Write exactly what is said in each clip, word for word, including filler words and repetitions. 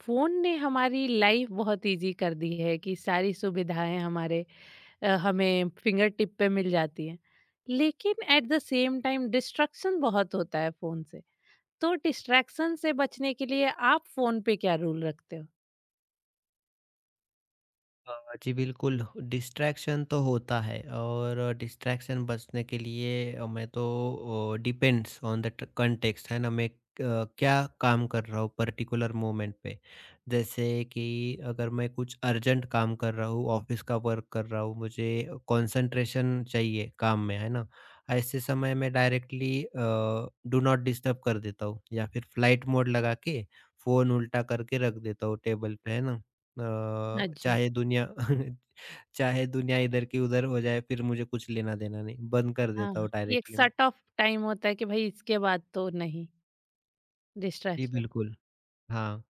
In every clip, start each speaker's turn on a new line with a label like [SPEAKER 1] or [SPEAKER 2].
[SPEAKER 1] Phone ने हमारी life बहुत इजी कर दी है कि सारी सुविधाएं हमारे अ, हमें फिंगर टिप पे मिल जाती हैं। लेकिन at the same time distraction बहुत होता है फोन से। तो डिस्ट्रैक्शन से बचने के लिए आप फोन पे क्या रूल रखते हो?
[SPEAKER 2] अ, जी बिल्कुल, डिस्ट्रैक्शन तो होता है और डिस्ट्रैक्शन बचने के लिए अ, मैं तो अ, डिपेंड्स ऑन द ट कॉन्टेक्स्ट है ना, मैं अ, क्या काम कर रहा हूँ पर्टिकुलर मोमेंट पे। जैसे कि अगर मैं कुछ अर्जेंट काम कर रहा हूँ, ऑफ़िस का वर्क कर रहा हूँ, मुझे कंसंट्रेशन चाहिए काम में, है ना? ऐसे समय मैं directly uh, do not disturb कर देता हूँ या फिर फ्लाइट मोड लगा के फ़ोन उल्टा करके रख देता हूँ टेबल पे, है ना? अ,
[SPEAKER 1] हाँ जी।
[SPEAKER 2] चाहे दुनिया चाहे दुनिया इधर की उधर हो जाए फिर मुझे कुछ लेना देना नहीं, बंद कर
[SPEAKER 1] हाँ
[SPEAKER 2] देता
[SPEAKER 1] हाँ,
[SPEAKER 2] हूँ
[SPEAKER 1] कि एक
[SPEAKER 2] डायरेक्टली मैं।
[SPEAKER 1] सट ऑफ टाइम होता है कि भाई इसके बाद तो नहीं
[SPEAKER 2] जी,
[SPEAKER 1] डिस्ट्रैक्शन।
[SPEAKER 2] बिल्कुल। हाँ,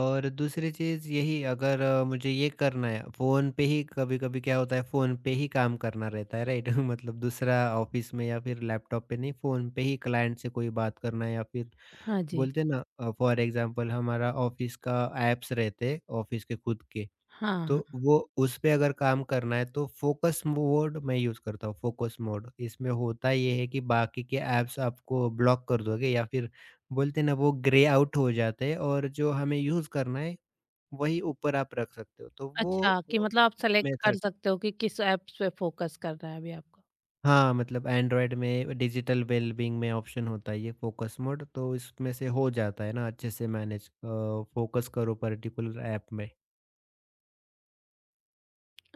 [SPEAKER 2] और दूसरी चीज़ यही अगर अ, मुझे ये करना है फ़ोन पे ही कभी-कभी क्या होता है फ़ोन पे ही काम करना रहता है राइट। मतलब दूसरा ऑफ़िस में या फिर लैपटॉप पे नहीं फ़ोन पे ही क्लाइंट से कोई बात करना है या फिर
[SPEAKER 1] हाँ जी।
[SPEAKER 2] बोलते हैं ना अ, फॉर एग्ज़ाम्पल हमारा ऑफ़िस का ऐप्स रहते हैं ऑफ़िस के खुद के।
[SPEAKER 1] हाँ
[SPEAKER 2] तो
[SPEAKER 1] हाँ।
[SPEAKER 2] वो उस पे अगर काम करना है तो फ़ोकस मोड मैं यूज़ करता हूँ, फ़ोकस मोड। इसमें होता ये है कि बाकी के ऐप्स आपको ब्लॉक कर दोगे या फिर बोलते हैं ना वो ग्रे आउट हो जाते हैं और जो हमें यूज़ करना है वही ऊपर आप रख सकते हो। तो
[SPEAKER 1] अच्छा,
[SPEAKER 2] वो
[SPEAKER 1] कि
[SPEAKER 2] वो
[SPEAKER 1] मतलब आप सेलेक्ट कर
[SPEAKER 2] मेथड।
[SPEAKER 1] सकते हो कि किस एप्स पे फोकस करना है अभी आपको।
[SPEAKER 2] हाँ, मतलब एंड्रॉयड में डिजिटल वेलबींग में ऑप्शन होता है ये फ़ोकस मोड तो इसमें से हो जाता है ना अच्छे से मैनेज, अ, फ़ोकस करो पर्टिकुलर ऐप में।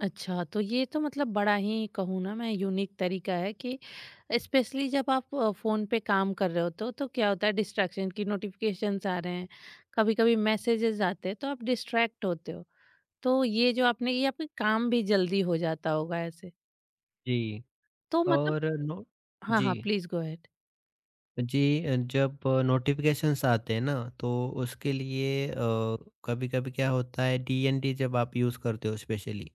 [SPEAKER 1] अच्छा, तो ये तो मतलब बड़ा ही कहूँ ना मैं यूनिक तरीका है कि स्पेशली जब आप अ, फ़ोन पे काम कर रहे होते हो तो क्या होता है डिस्ट्रैक्शन की नोटिफिकेशंस आ रहे हैं, कभी-कभी मैसेजेस आते हैं तो आप डिस्ट्रैक्ट होते हो। तो ये जो आपने ये आपके काम भी जल्दी हो जाता होगा ऐसे।
[SPEAKER 2] जी,
[SPEAKER 1] तो मतलब
[SPEAKER 2] और नो
[SPEAKER 1] हाँ,
[SPEAKER 2] जी।
[SPEAKER 1] हाँ, प्लीज़ गो अहेड।
[SPEAKER 2] जी अ, जब नोटिफिकेशंस आते हैं ना तो उसके लिए कभी कभी क्या होता है, डीएनडी जब आप यूज़ करते हो स्पेशली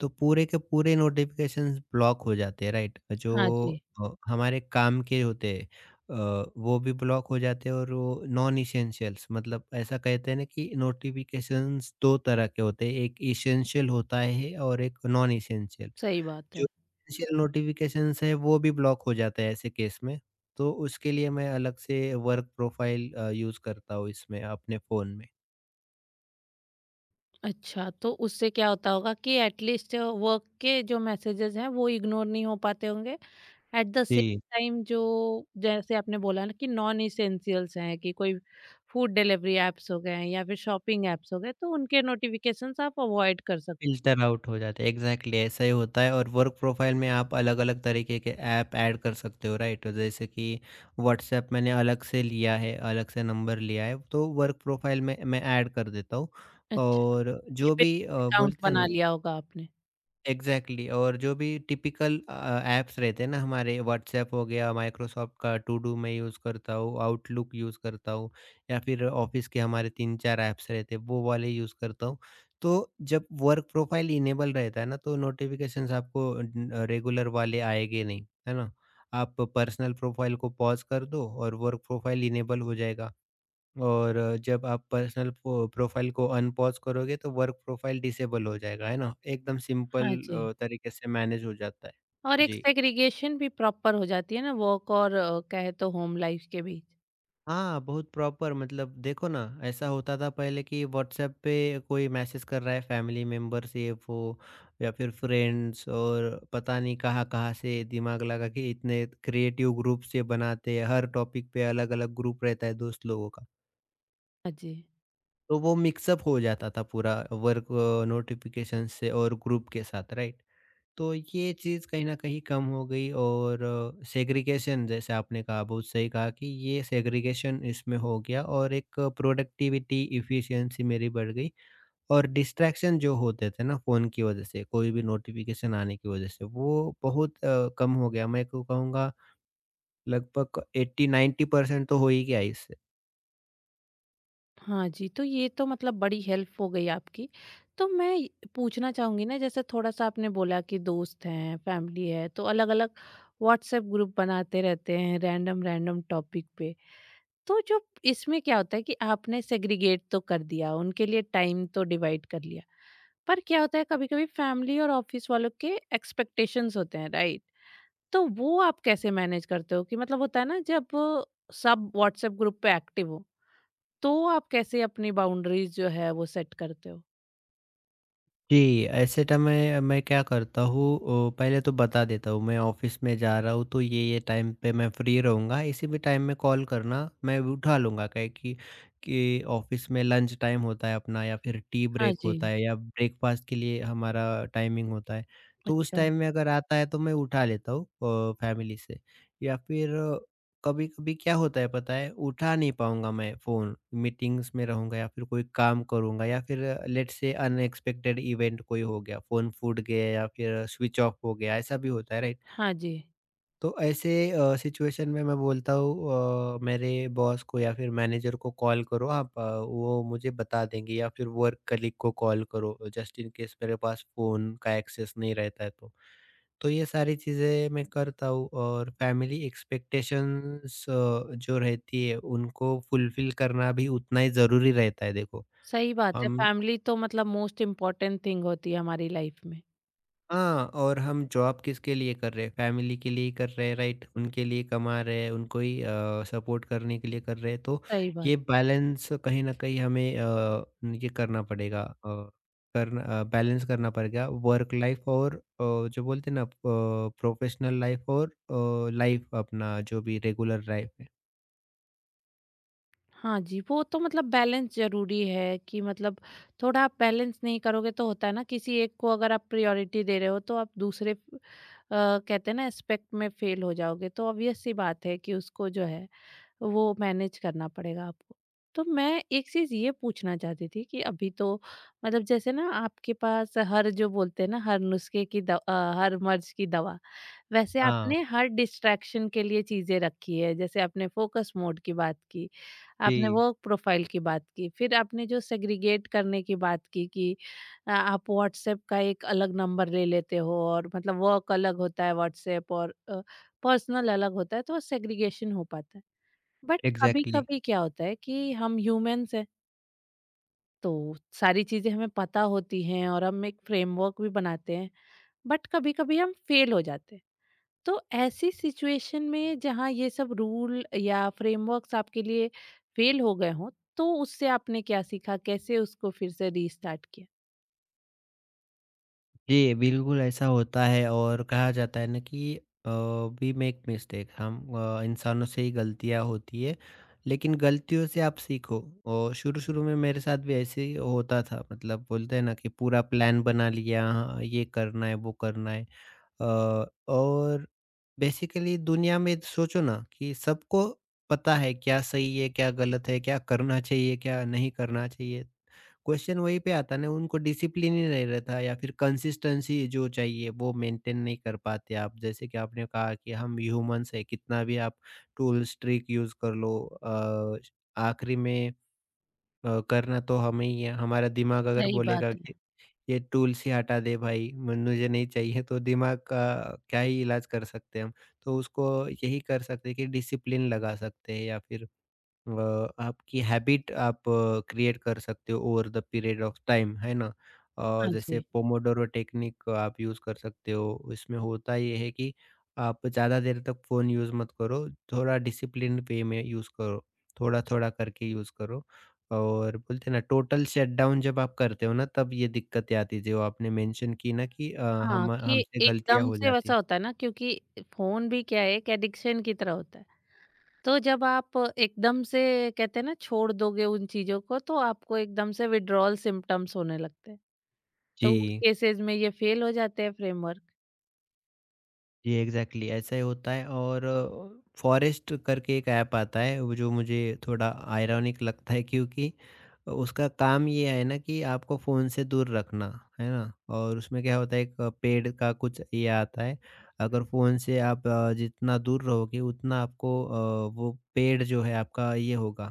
[SPEAKER 2] तो पूरे के पूरे नोटिफिकेशंस ब्लॉक हो जाते हैं राइट। जो
[SPEAKER 1] हाँ जी,
[SPEAKER 2] अ, हमारे काम के होते हैं अ, वो भी ब्लॉक हो जाते हैं और वो नॉन इसेंशियल्स, मतलब ऐसा कहते हैं ना कि नोटिफिकेशंस दो तरह के होते हैं, एक इसेंशियल होता है और एक नॉन इसेंशियल।
[SPEAKER 1] सही बात
[SPEAKER 2] जो
[SPEAKER 1] है।
[SPEAKER 2] इनिशियल नोटिफ़िकेशंस है वो भी ब्लॉक हो जाता है ऐसे केस में। तो उसके लिए मैं अलग से वर्क प्रोफ़ाइल अ, यूज़ करता हूँ इसमें अपने फ़ोन में।
[SPEAKER 1] अच्छा, तो उससे क्या होता होगा कि एट लीस्ट वर्क के जो मैसेजेस हैं वो इग्नोर नहीं हो पाते होंगे? एट द सेम
[SPEAKER 2] जी,
[SPEAKER 1] टाइम जो जैसे आपने बोला ना कि नॉन इसेंशियल्स हैं कि कोई फूड डिलीवरी ऐप्स हो गए हैं या फिर शॉपिंग ऐप्स हो गए तो उनके नोटिफिकेशंस आप अवॉइड कर सकते।
[SPEAKER 2] फ़िल्टर आउट हो जाता है। एग्ज़ैक्टली ऐसा ही होता है और वर्क प्रोफ़ाइल में आप अलग-अलग तरीके के ऐप ऐड कर सकते हो राइट? जैसे कि व्हाट्सऐप मैंने अलग से लिया है, अलग से नंबर लिया है तो वर्क प्रोफ़ाइल में मैं ऐड कर देता हूँ।
[SPEAKER 1] अच्छा हैं।
[SPEAKER 2] और
[SPEAKER 1] ये
[SPEAKER 2] जो भी
[SPEAKER 1] बिजनेस
[SPEAKER 2] अ,
[SPEAKER 1] अकाउंट
[SPEAKER 2] बोलते हैं
[SPEAKER 1] बना
[SPEAKER 2] ना,
[SPEAKER 1] लिया होगा आपने।
[SPEAKER 2] एग्ज़ैक्टली और जो भी टिपिकल अ, ऐप्स रहते हैं ना हमारे, व्हाट्सऐप हो गया, माइक्रोसॉफ्ट का टू डू मैं यूज़ करता हूँ, आउटलुक यूज़ करता हूँ या फिर ऑफ़िस के हमारे तीन चार ऐप्स रहते हैं वो वाले यूज़ करता हूँ। तो जब वर्क प्रोफ़ाइल इनेबल रहता है ना तो नोटिफ़िकेशंस आपको न रेगुलर वाले आएँगे नहीं, है ना? आप पर्सनल प्रोफ़ाइल को पॉज़ कर दो और वर्क प्रोफ़ाइल इनेबल हो जाएगा। और जब आप पर्सनल पो- प्रोफाइल को अनपॉज करोगे तो वर्क प्रोफाइल डिसेबल हो जाएगा है ना, एकदम सिंपल
[SPEAKER 1] हाँ जी।
[SPEAKER 2] अ, तरीके से मैनेज हो जाता है।
[SPEAKER 1] और एक
[SPEAKER 2] जी
[SPEAKER 1] सेग्रीगेशन भी प्रॉपर हो जाती है ना वर्क और अ, कहे तो होम लाइफ के बीच।
[SPEAKER 2] हाँ बहुत प्रॉपर, मतलब देखो ना ऐसा होता था पहले कि व्हाट्सएप पे कोई मैसेज कर रहा है फैमिली मेम्बर से वो या फिर फ्रेंड्स, और पता नहीं कहाँ कहाँ से दिमाग लगा कि इतने क्रिएटिव ग्रुप से बनाते हैं हर टॉपिक पे अलग अलग ग्रुप रहता है दोस्त लोगों का।
[SPEAKER 1] हाँ जी।
[SPEAKER 2] तो वो मिक्सअप हो जाता था पूरा वर्क नोटिफिकेशन से और ग्रुप के साथ राइट। तो ये चीज़ कहीं ना कहीं कम हो गई और सेग्रीगेशन, जैसे आपने कहा बहुत सही कहा, कि ये सेग्रीगेशन इसमें हो गया और एक प्रोडक्टिविटी इफ़िशियंसी मेरी बढ़ गई। और डिस्ट्रैक्शन जो होते थे ना फ़ोन की वजह से, कोई भी नोटिफिकेशन आने की वजह से, वो बहुत अ, कम हो गया, मैं को कहूँगा लगभग एट्टी नाइन्टी परसेंट तो हो ही गया।
[SPEAKER 1] हाँ जी, तो ये तो मतलब बड़ी हेल्प हो गई आपकी। तो मैं ये पूछना चाहूँगी ना जैसे थोड़ा-सा आपने बोला कि दोस्त हैं, फैमिली है, तो अलग-अलग व्हाट्सएप ग्रुप बनाते रहते हैं रैंडम रैंडम टॉपिक पे। तो जो इसमें क्या होता है कि आपने सेग्रीगेट तो कर दिया, उनके लिए टाइम तो डिवाइड कर लिया। पर क्या होता है कभी-कभी फैमिली और ऑफिस वालों के एक्सपेक्टेशंस होते हैं, राइट? तो वो आप कैसे मैनेज करते हो कि मतलब होता है ना जब सब व्हाट्सएप ग्रुप पे एक्टिव हो तो आप कैसे अपनी बाउंड्रीज जो है वो सेट करते हो?
[SPEAKER 2] जी, ऐसे टाइम मैं मैं क्या करता हूँ, अ, पहले तो बता देता हूँ मैं ऑफ़िस में जा रहा हूँ तो ये ये टाइम पे मैं फ्री रहूँगा, इसी भी टाइम में कॉल करना मैं भी उठा लूँगा, काहे कि कि ऑफ़िस में लंच टाइम होता है अपना या फिर टी
[SPEAKER 1] हाँ
[SPEAKER 2] ब्रेक
[SPEAKER 1] जी।
[SPEAKER 2] होता है या ब्रेकफ़ास्ट के लिए हमारा टाइमिंग होता है। तो उस
[SPEAKER 1] अच्छा।
[SPEAKER 2] टाइम में अगर आता है तो मैं उठा लेता हूँ अ, फैमिली से या फिर कभी-कभी क्या होता है पता है, उठा नहीं पाऊँगा मैं फ़ोन, मीटिंग्स में रहूँगा या फिर कोई काम करूँगा या फिर लेट्स से अनएक्सपेक्टेड इवेंट कोई हो गया, फ़ोन फूट गया या फिर स्विच ऑफ हो गया, ऐसा भी होता है, राइट?
[SPEAKER 1] हाँ जी।
[SPEAKER 2] तो ऐसे अ, सिचुएशन में मैं बोलता हूँ अ, मेरे बॉस को या फिर मैनेजर को कॉल करो आप, अ, वो मुझे बता देंगे या फिर वर्क कलीग को कॉल करो जस्ट इन केस मेरे पास फ़ोन का एक्सेस नहीं रहता है तो। तो ये सारी चीज़ें मैं करता हूँ और फैमिली एक्सपेक्टेशंस अ, जो रहती है उनको फुलफ़िल करना भी उतना ही ज़रूरी रहता है देखो।
[SPEAKER 1] सही बात है,
[SPEAKER 2] हम
[SPEAKER 1] फैमिली तो मतलब मोस्ट इम्पोर्टेंट थिंग होती है हमारी लाइफ में।
[SPEAKER 2] हाँ, और हम जॉब किसके लिए कर रहे हैं? फैमिली के लिए ही कर रहे हैं, राइट? उनके लिए कमा रहे हैं, उनको ही अ, सपोर्ट करने के लिए कर रहे हैं, तो
[SPEAKER 1] सही बात।
[SPEAKER 2] ये बैलेंस कहीं न कहीं हमें अ, ये करना पड़ेगा, अ, करना अ, बैलेंस करना पड़ेगा वर्क लाइफ और अ, जो बोलते हैं ना अ, प्रोफ़ेशनल लाइफ और अ, लाइफ, अपना जो भी रेगुलर लाइफ है।
[SPEAKER 1] हाँ जी, वो तो मतलब बैलेंस ज़रूरी है कि मतलब थोड़ा आप बैलेंस नहीं करोगे तो होता है ना किसी एक को अगर आप प्रायोरिटी दे रहे हो तो आप दूसरे अ, कहते हैं ना एस्पेक्ट में फेल हो जाओगे। तो ऑब्वियस सी बात है कि उसको जो है वो मैनेज करना पड़ेगा आपको। तो मैं एक चीज़ ये पूछना चाहती थी कि अभी तो मतलब जैसे ना आपके पास हर जो बोलते हैं ना हर नुस्खे की दव अ, हर मर्ज़ की दवा, वैसे
[SPEAKER 2] हाँ,
[SPEAKER 1] आपने हर डिस्ट्रैक्शन के लिए चीज़ें रखी है। जैसे आपने फ़ोकस मोड की बात की, आपने
[SPEAKER 2] जी,
[SPEAKER 1] वर्क प्रोफ़ाइल की बात की, फिर आपने जो सेग्रीगेट करने की बात की कि अ, आप व्हाट्सएप का एक अलग नंबर ले लेते हो और मतलब वर्क अलग होता है व्हाट्सएप और अ, पर्सनल अलग होता है तो सेग्रीगेशन हो पाता है। But
[SPEAKER 2] exactly.
[SPEAKER 1] कभी-कभी क्या होता है कि हम ह्यूमंस हैं, तो सारी चीज़ें हमें पता होती हैं और हम एक फ्रेमवर्क भी बनाते हैं, बट कभी-कभी हम फेल हो जाते हैं। तो ऐसी सिचुएशन में जहाँ ये सब रूल या फ्रेमवर्क्स आपके लिए फेल हो गए हों, तो उससे आपने क्या सीखा? कैसे उसको फिर से रीस्टार्ट किया?
[SPEAKER 2] जी, बिल्कुल ऐसा होता है और कहा जाता है ना कि अ, वी मेक मिस्टेक, हम अ, इंसानों से ही गलतियाँ होती है, लेकिन गलतियों से आप सीखो। और शुरू-शुरू में मेरे साथ भी ऐसे ही होता था, मतलब बोलते हैं ना कि पूरा प्लान बना लिया, हाँ, ये करना है, वो करना है, अ, और बेसिकली दुनिया में सोचो ना कि सबको पता है क्या सही है, क्या गलत है, क्या करना चाहिए, क्या नहीं करना चाहिए। क्वेश्चन वहीं पे आता है ना, उनको डिसिप्लिन ही नहीं रहता या फिर कंसिस्टेंसी जो चाहिए वो मेंटेन नहीं कर पाते आप, जैसे कि आपने कहा कि हम ह्यूमंस है कितना भी आप टूल्स ट्रिक यूज कर लो, अ, आखिरी में अ, करना तो हमें ही है, हमारा दिमाग अगर
[SPEAKER 1] सही
[SPEAKER 2] बोलेगा
[SPEAKER 1] बात है।
[SPEAKER 2] कि ये टूल्स ही हटा दे भाई, मु- मुझे नहीं चाहिए, तो दिमाग का क्या ही इलाज कर सकते हैं हम। तो उसको यही कर सकते हैं कि डिसिप्लिन लगा सकते हैं या फिर अ, आपकी हैबिट आप क्रिएट कर सकते हो over the period of time, है ना? अ,
[SPEAKER 1] हाँ
[SPEAKER 2] जैसे
[SPEAKER 1] जी।
[SPEAKER 2] पोमोडोरो टेक्निक आप यूज़ कर सकते हो। इसमें होता ये है कि आप ज़्यादा देर तक फ़ोन यूज़ मत करो, थोड़ा डिसिप्लिन वे में यूज़ करो, थोड़ा-थोड़ा करके यूज़ करो। और बोलते हैं ना टोटल शटडाउन जब आप करते हो ना, तब ये दिक्कतें आती हैं, जो आपने मेंशन की ना कि अ,
[SPEAKER 1] हाँ,
[SPEAKER 2] हम
[SPEAKER 1] कि
[SPEAKER 2] हमसे गलतियाँ
[SPEAKER 1] एकदम
[SPEAKER 2] हो
[SPEAKER 1] से
[SPEAKER 2] जाती
[SPEAKER 1] वैसा
[SPEAKER 2] हैं।
[SPEAKER 1] होता है ना क्योंकि फ़ोन भी क्या है एक एडिक्शन की तरह होता है। तो जब आप एकदम से कहते हैं ना छोड़ दोगे उन चीजों को तो आपको एकदम से विड्रॉल सिम्टम्स होने लगते हैं। तो उस
[SPEAKER 2] जी।
[SPEAKER 1] केसेस में ये फेल हो जाते हैं फ्रेमवर्क।
[SPEAKER 2] जी, एग्ज़ैक्टली ऐसा ही होता है। और फॉरेस्ट करके एक ऐप आता है, वो जो मुझे थोड़ा आयरॉनिक लगता है क्योंकि उसका काम ये है ना कि आपको फ़ोन से दूर रखना, है ना? और उसमें क्या होता है, एक पेड़ का कुछ ये आता है, अगर फ़ोन से आप अ, जितना दूर रहोगे उतना आपको अ, वो पेड़ जो है आपका ये होगा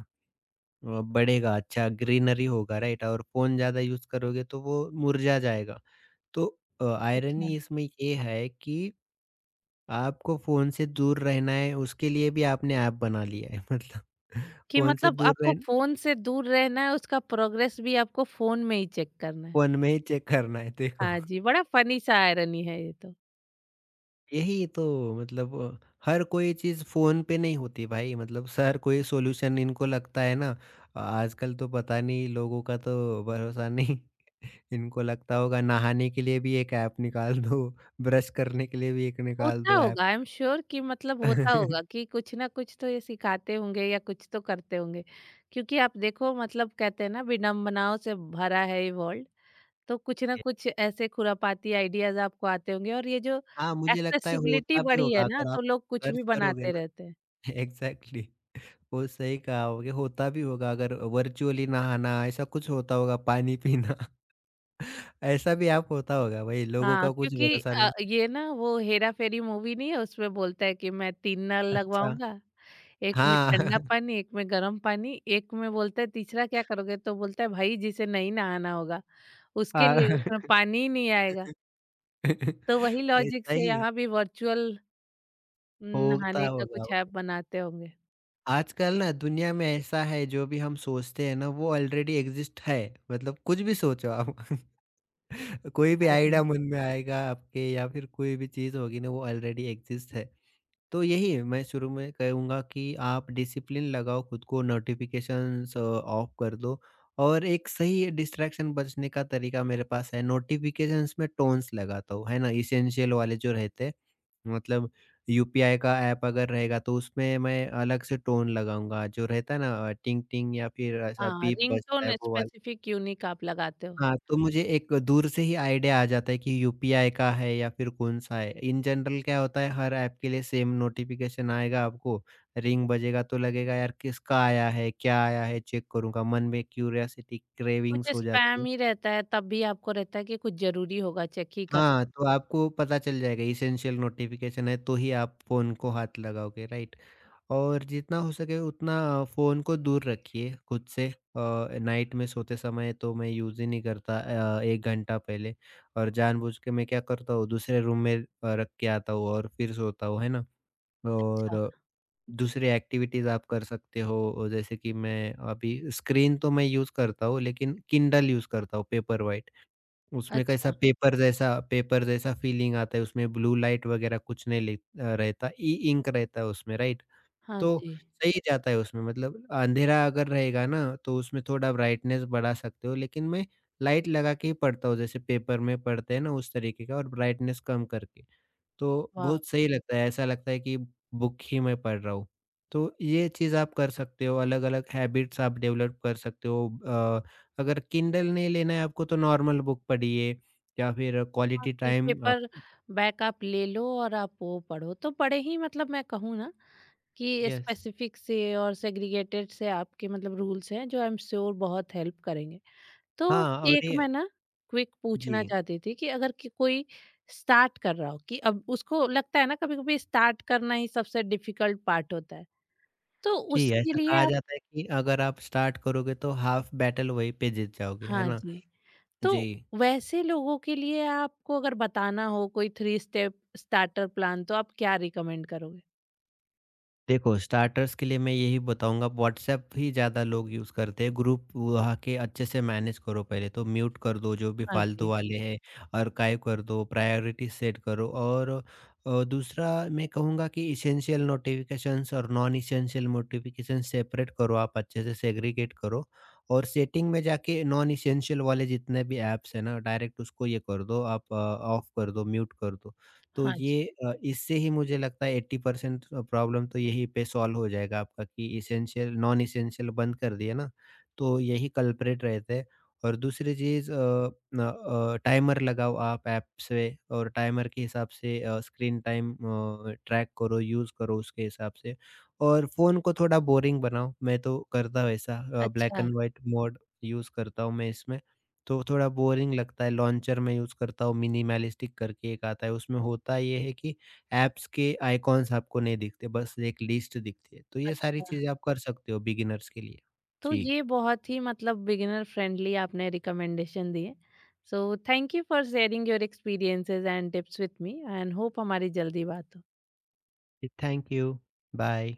[SPEAKER 2] अ, बढ़ेगा, अच्छा ग्रीनरी होगा राइट? और फ़ोन ज़्यादा यूज़ करोगे तो वो मुरझा जाएगा। तो अ,
[SPEAKER 1] अच्छा,
[SPEAKER 2] आयरनी इसमें ये है कि आपको फ़ोन से दूर रहना है, उसके लिए भी आपने ऐप बना लिया है। मतलब
[SPEAKER 1] कि
[SPEAKER 2] फ़ोन से
[SPEAKER 1] मतलब
[SPEAKER 2] दूर
[SPEAKER 1] आपको
[SPEAKER 2] रह
[SPEAKER 1] फोन से दूर रहना है उसका प्रोग्रेस भी आपको फोन में ही चेक करना है।
[SPEAKER 2] फ़ोन में ही चेक करना है देखो।
[SPEAKER 1] हाँ जी, बड़ा फनी सा आयरनी है ये तो।
[SPEAKER 2] यही तो मतलब अ, हर कोई चीज़ फ़ोन पे नहीं होती भाई, मतलब हर कोई सॉल्यूशन इनको लगता है ना। आजकल तो पता नहीं, लोगों का तो भरोसा नहीं। इनको लगता होगा नहाने के लिए भी एक ऐप निकाल दो, ब्रश करने के लिए भी एक निकाल
[SPEAKER 1] होता
[SPEAKER 2] दो ऐप।
[SPEAKER 1] होगा आई एम श्योर कि मतलब होता होगा कि कुछ ना कुछ तो ये सिखाते होंगे या कुछ तो करते होंगे क्योंकि आप देखो मतलब कहते हैं ना विडम्बनाओं से भरा है ये वर्ल्ड। तो कुछ ना कुछ ऐसे खुरापाती आइडियाज आपको आते होंगे और ये जो
[SPEAKER 2] हाँ, मुझे लगता है
[SPEAKER 1] एक्सेसिबिलिटी
[SPEAKER 2] होता भी
[SPEAKER 1] बढ़ी है
[SPEAKER 2] होगा
[SPEAKER 1] ना
[SPEAKER 2] अगर
[SPEAKER 1] तो
[SPEAKER 2] आप
[SPEAKER 1] लोग कुछ
[SPEAKER 2] सर्च
[SPEAKER 1] भी
[SPEAKER 2] करोगे
[SPEAKER 1] बनाते
[SPEAKER 2] ना।
[SPEAKER 1] रहते हैं।
[SPEAKER 2] एग्ज़ैक्टली। वो सही कहा होगे, होता भी होगा अगर वर्चुअली नहाना ऐसा कुछ होता होगा, पानी पीना। ऐसा भी आप होता होगा भाई, लोगों
[SPEAKER 1] हाँ
[SPEAKER 2] का कुछ
[SPEAKER 1] क्योंकि
[SPEAKER 2] भरोसा
[SPEAKER 1] अ,
[SPEAKER 2] नहीं।
[SPEAKER 1] ये ना वो हेरा फेरी मूवी नहीं है उसमें बोलता है कि मैं तीन नल
[SPEAKER 2] अच्छा।
[SPEAKER 1] लगवाऊंगा, एक में
[SPEAKER 2] हाँ।
[SPEAKER 1] ठंडा पानी, एक में गर्म पानी, एक में बोलता है तीसरा क्या करोगे तो बोलता है भाई जिसे नहीं नहाना होगा उसके लिए
[SPEAKER 2] हाँ।
[SPEAKER 1] उसमें पानी ही नहीं आएगा। तो वही लॉजिक
[SPEAKER 2] ऐसा
[SPEAKER 1] से
[SPEAKER 2] ही है।
[SPEAKER 1] यहाँ भी वर्चुअल
[SPEAKER 2] होता
[SPEAKER 1] नहाने का
[SPEAKER 2] होगा।
[SPEAKER 1] कुछ ऐप बनाते होंगे।
[SPEAKER 2] आजकल ना दुनिया में ऐसा है, जो भी हम सोचते हैं ना वो ऑलरेडी एग्जिस्ट है, मतलब कुछ भी सोचो आप। कोई भी आइडिया मन में आएगा आपके या फिर कोई भी चीज होगी ना वो ऑलरेडी एग्जिस्ट है। तो यही मैं शुरू में कहूँगा कि आप डिसिप्लिन लगाओ खुद को, नोटिफिकेशंस ऑफ कर दो। और एक सही डिस्ट्रैक्शन बचने का तरीका मेरे पास है, नोटिफिकेशंस में टोन्स लगाता हूँ है ना, इसेंशियल वाले जो रहते हैं, मतलब यूपीआई का ऐप अगर रहेगा तो उसमें मैं अलग से टोन लगाऊंगा, जो रहता है ना टिंग टिंग या फिर ऐसा
[SPEAKER 1] हाँ,
[SPEAKER 2] बीप बजता है
[SPEAKER 1] रिंगटोन
[SPEAKER 2] वो वाला।
[SPEAKER 1] स्पेसिफिक यूनिक आप लगाते हो।
[SPEAKER 2] हाँ, तो मुझे एक दूर से ही आइडिया आ जाता है कि यूपीआई का है या फिर कौन-सा है। इन जनरल क्या होता है, हर ऐप के लिए सेम नोटिफ़िकेशन आएगा आपको, रिंग बजेगा तो लगेगा यार किसका आया है, क्या आया है, चेक करूँगा। मन में क्यूरियोसिटी
[SPEAKER 1] कुछ
[SPEAKER 2] क्रेविंग्स हो जाती
[SPEAKER 1] स्पैम
[SPEAKER 2] है।
[SPEAKER 1] ही रहता है तब भी आपको रहता है कि कुछ ज़रूरी होगा चेक ही कर।
[SPEAKER 2] हाँ, तो आपको पता चल जाएगा एसेंशियल नोटिफ़िकेशन है तो ही आप फ़ोन को हाथ लगाओगे, राइट? और जितना हो सके उतना फ़ोन को दूर रखिए खुद से, अ, नाइट में सोते समय तो मैं यूज़ ही नहीं करता, अ, एक घंटा पहले। और जानबूझ के मैं क्या करता हूँ, दूसरे रूम में अ, रख के आता हूँ और फिर सोता हूँ, है ना?
[SPEAKER 1] अच्छा।
[SPEAKER 2] और दूसरी एक्टिविटीज़ आप कर सकते हो, जैसे कि मैं अभी स्क्रीन तो मैं यूज़ करता हूँ लेकिन किंडल यूज़ करता हूँ पेपर व्हाइट। उसमें कैसा
[SPEAKER 1] अच्छा।
[SPEAKER 2] पेपर जैसा पेपर जैसा फ़ीलिंग आता है, उसमें ब्लू लाइट वग़ैरह कुछ नहीं लि अ, रहता, ई इंक रहता है उसमें राइट?
[SPEAKER 1] हाँ
[SPEAKER 2] तो
[SPEAKER 1] जी।
[SPEAKER 2] सही जाता है उसमें, मतलब अंधेरा अगर रहेगा ना तो उसमें थोड़ा ब्राइटनेस बढ़ा सकते हो, लेकिन मैं लाइट लगा के ही पढ़ता हूँ जैसे पेपर में पढ़ते हैं ना उस तरीके का, और ब्राइटनेस कम करके। तो
[SPEAKER 1] वाह!
[SPEAKER 2] बहुत सही लगता है, ऐसा लगता है कि बुक ही मैं पढ़ रहा हूँ। तो ये चीज़ आप कर सकते हो, अलग-अलग हैबिट्स आप डेवलप कर सकते हो। अ, अगर किंडल नहीं लेना है आपको तो नॉर्मल बुक पढ़िए या फिर
[SPEAKER 1] हाँ,
[SPEAKER 2] क्वालिटी
[SPEAKER 1] कि
[SPEAKER 2] टाइम आप।
[SPEAKER 1] पेपर बैक आप ले लो और आप वो पढ़ो। तो बड़े ही मतलब मैं कहूँ ना कि
[SPEAKER 2] यस।
[SPEAKER 1] स्पेसिफिक से और सेग्रीगेटेड से आपके मतलब रूल्स हैं जो आई एम श्योर बहुत हेल्प करेंगे। तो
[SPEAKER 2] हाँ, और
[SPEAKER 1] एक
[SPEAKER 2] ये
[SPEAKER 1] मैं ना क्विक पूछना
[SPEAKER 2] जी।
[SPEAKER 1] चाहती थी कि अगर कि कोई स्टार्ट कर रहा हो कि अब उसको लगता है ना कभी-कभी स्टार्ट करना ही सबसे डिफिकल्ट पार्ट होता है। तो
[SPEAKER 2] जी,
[SPEAKER 1] उसके
[SPEAKER 2] ऐसा
[SPEAKER 1] लिए
[SPEAKER 2] कहा
[SPEAKER 1] आप
[SPEAKER 2] जाता है कि अगर आप स्टार्ट करोगे तो हाफ बैटल वहीं पे जीत जाओगे, है
[SPEAKER 1] हाँ
[SPEAKER 2] ना?
[SPEAKER 1] जी, तो
[SPEAKER 2] जी।
[SPEAKER 1] वैसे लोगों के लिए आपको अगर बताना हो कोई थ्री स्टेप स्टार्टर प्लान तो आप क्या रिकमेंड करोगे?
[SPEAKER 2] देखो, स्टार्टर्स के लिए मैं यही बताऊँगा, व्हाट्सएप ही ज़्यादा लोग यूज़ करते हैं, ग्रुप वहाँ के अच्छे से मैनेज करो पहले तो, म्यूट कर दो जो भी
[SPEAKER 1] हाँ
[SPEAKER 2] फालतू
[SPEAKER 1] जी,
[SPEAKER 2] वाले हैं, आर्काइव कर दो, प्रायोरिटी सेट करो। और अ, दूसरा मैं कहूँगा कि एसेंशियल नोटिफ़िकेशंस और नॉन एसेंशियल नोटिफ़िकेशंस सेपरेट करो आप, अच्छे से सेग्रीगेट करो, और सेटिंग में जाके नॉन एसेंशियल वाले जितने भी ऐप्स हैं ना, डायरेक्ट उसको ये कर दो आप, अ, ऑफ कर दो, म्यूट कर दो। तो
[SPEAKER 1] हाँ जी।
[SPEAKER 2] ये अ, इससे ही मुझे लगता है अस्सी परसेंट प्रॉब्लम तो यहीं पे सॉल्व हो जाएगा आपका, कि एसेंशियल नॉन एसेंशियल बंद कर दिया ना, तो यही कल्प्रिट रहते हैं। और दूसरी चीज़, अ, न अ, टाइमर लगाओ आप ऐप से और टाइमर के हिसाब से अ, स्क्रीन टाइम अ, ट्रैक करो, यूज़ करो उसके हिसाब से। और फ़ोन को थोड़ा बोरिंग बनाओ, मैं तो करता हूँ ऐसा, अ, ब्लैक
[SPEAKER 1] अच्छा,
[SPEAKER 2] एंड व्हाइट मोड यूज़ करता हूँ मैं इसमें। तो थोड़ा बोरिंग लगता है, लॉन्चर में यूज़ करता हूँ मिनिमलिस्टिक करके एक आता है, उसमें होता ये है कि ऐप्स के आइकॉन्स आपको नहीं दिखते, बस एक लिस्ट दिखती है। तो ये सारी
[SPEAKER 1] अच्छा।
[SPEAKER 2] चीज़ें आप कर सकते हो बिगिनर्स के लिए।
[SPEAKER 1] तो
[SPEAKER 2] जी,
[SPEAKER 1] ये बहुत ही मतलब बिगिनर फ्रेंडली आपने रिकमेंडेशन दिए। So thank you for sharing your experiences and tips with me and hope हमारी जल्दी बात हो।
[SPEAKER 2] Thank you, bye.